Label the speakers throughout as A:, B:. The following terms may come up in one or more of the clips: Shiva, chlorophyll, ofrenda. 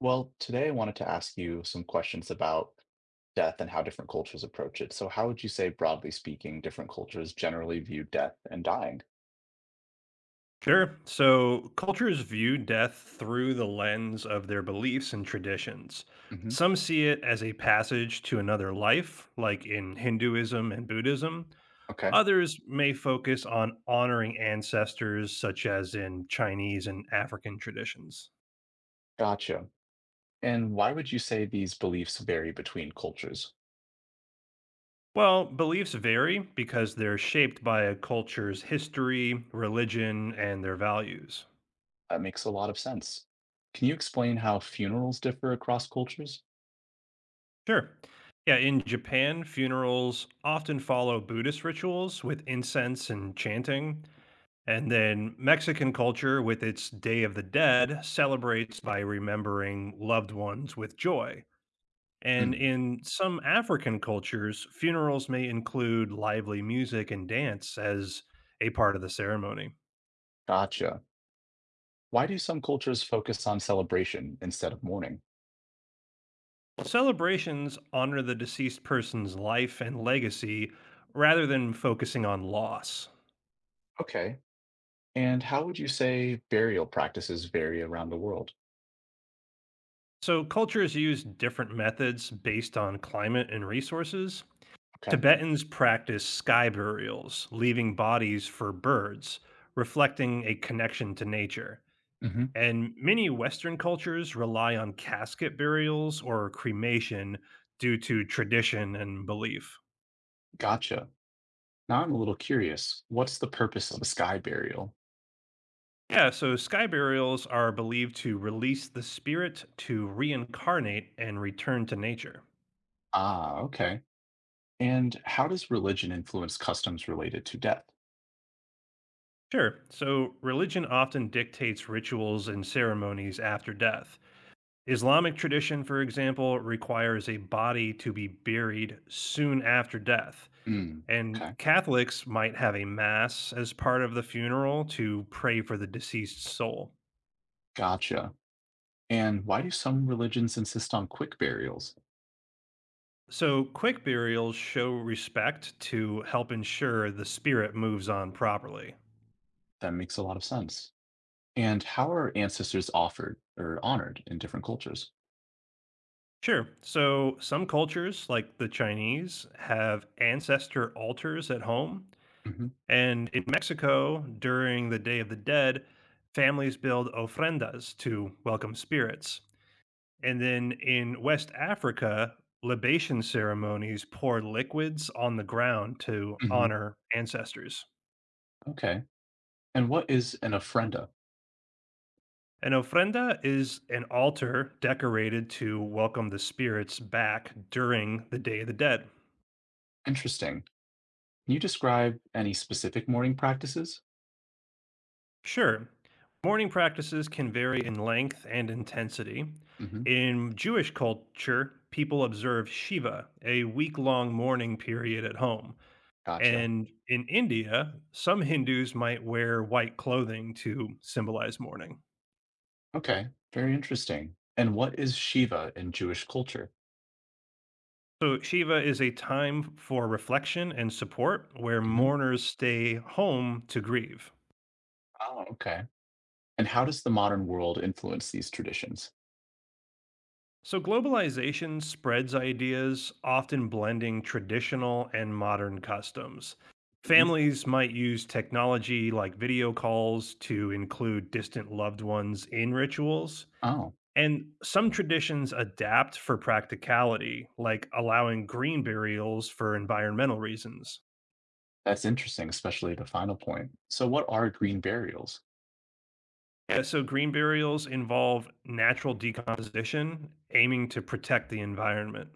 A: Well, today I wanted to ask you some questions about death and how different cultures approach it. So, how would you say, broadly speaking, different cultures generally view death and dying?
B: Sure. So cultures view death through the lens of their beliefs and traditions.
A: Hmm.
B: Some see it as a passage to another life, like in Hinduism and Buddhism.
A: Okay,
B: Others may focus on honoring ancestors, such as in Chinese and African traditions.
A: gotcha. And why would you say these beliefs vary between cultures?
B: Well, beliefs vary because they're shaped by a culture's history, religion, and their values.
A: That makes a lot of sense. Can you explain how funerals differ across cultures?
B: Sure. Yeah, in Japan, funerals often follow Buddhist rituals with incense and chanting. And then Mexican culture, with its Day of the Dead, celebrates by remembering loved ones with joy. And
A: Mm,
B: in some African cultures, funerals may include lively music and dance as a part of the ceremony.
A: gotcha. Why do some cultures focus on celebration instead of mourning?
B: Celebrations honor the deceased person's life and legacy rather than focusing on loss.
A: Okay. And how would you say burial practices vary around the world?
B: So, cultures use different methods based on climate and resources.
A: Okay.
B: Tibetans practice sky burials, leaving bodies for birds, reflecting a connection to nature.
A: Hmm.
B: And many Western cultures rely on casket burials or cremation due to tradition and belief.
A: Gotcha. Now I'm a little curious. What's the purpose of a sky burial?
B: Yeah, so sky burials are believed to release the spirit to reincarnate and return to nature.
A: Ah, okay. And how does religion influence customs related to death?
B: Sure. So, religion often dictates rituals and ceremonies after death. Islamic tradition, for example, requires a body to be buried soon after death.
A: Hmm.
B: And
A: Okay.
B: Catholics might have a mass as part of the funeral to pray for the deceased soul.
A: Gotcha. And why do some religions insist on quick burials?
B: So, quick burials show respect to help ensure the spirit moves on properly.
A: That makes a lot of sense. And how are ancestors offered or honored in different cultures?
B: Sure. So, some cultures, like the Chinese, have ancestor altars at home.
A: Hmm.
B: And in Mexico, during the Day of the Dead, families build ofrendas to welcome spirits. And then in West Africa, libation ceremonies pour liquids on the ground to
A: Hmm.
B: honor ancestors.
A: Okay. And what is an ofrenda?
B: An ofrenda is an altar decorated to welcome the spirits back during the Day of the Dead.
A: Interesting. Can you describe any specific mourning practices?
B: Sure. Mourning practices can vary in length and intensity.
A: Hmm.
B: In Jewish culture, people observe Shiva, a week long mourning period at home.
A: Gotcha.
B: And in India, some Hindus might wear white clothing to symbolize mourning.
A: Okay, very interesting. And what is Shiva in Jewish culture?
B: So, Shiva is a time for reflection and support where
A: Hmm.
B: mourners stay home to grieve.
A: Oh, okay. And how does the modern world influence these traditions?
B: So, globalization spreads ideas, often blending traditional and modern customs.
A: Hmm.
B: Families might use technology like video calls to include distant loved ones in rituals.
A: Oh,
B: And some traditions adapt for practicality, like allowing green burials for environmental reasons.
A: that's interesting, especially the final point. So, what are green burials?
B: Yeah, so green burials involve natural decomposition, aiming to protect the environment.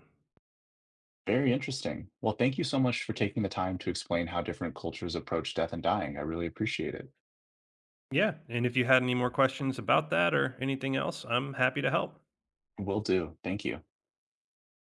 A: Very interesting. Well, thank you so much for taking the time to explain how different cultures approach death and dying. I really appreciate it.
B: Yeah, and if you had any more questions about that or anything else, I'm happy to help.
A: Will do. Thank you.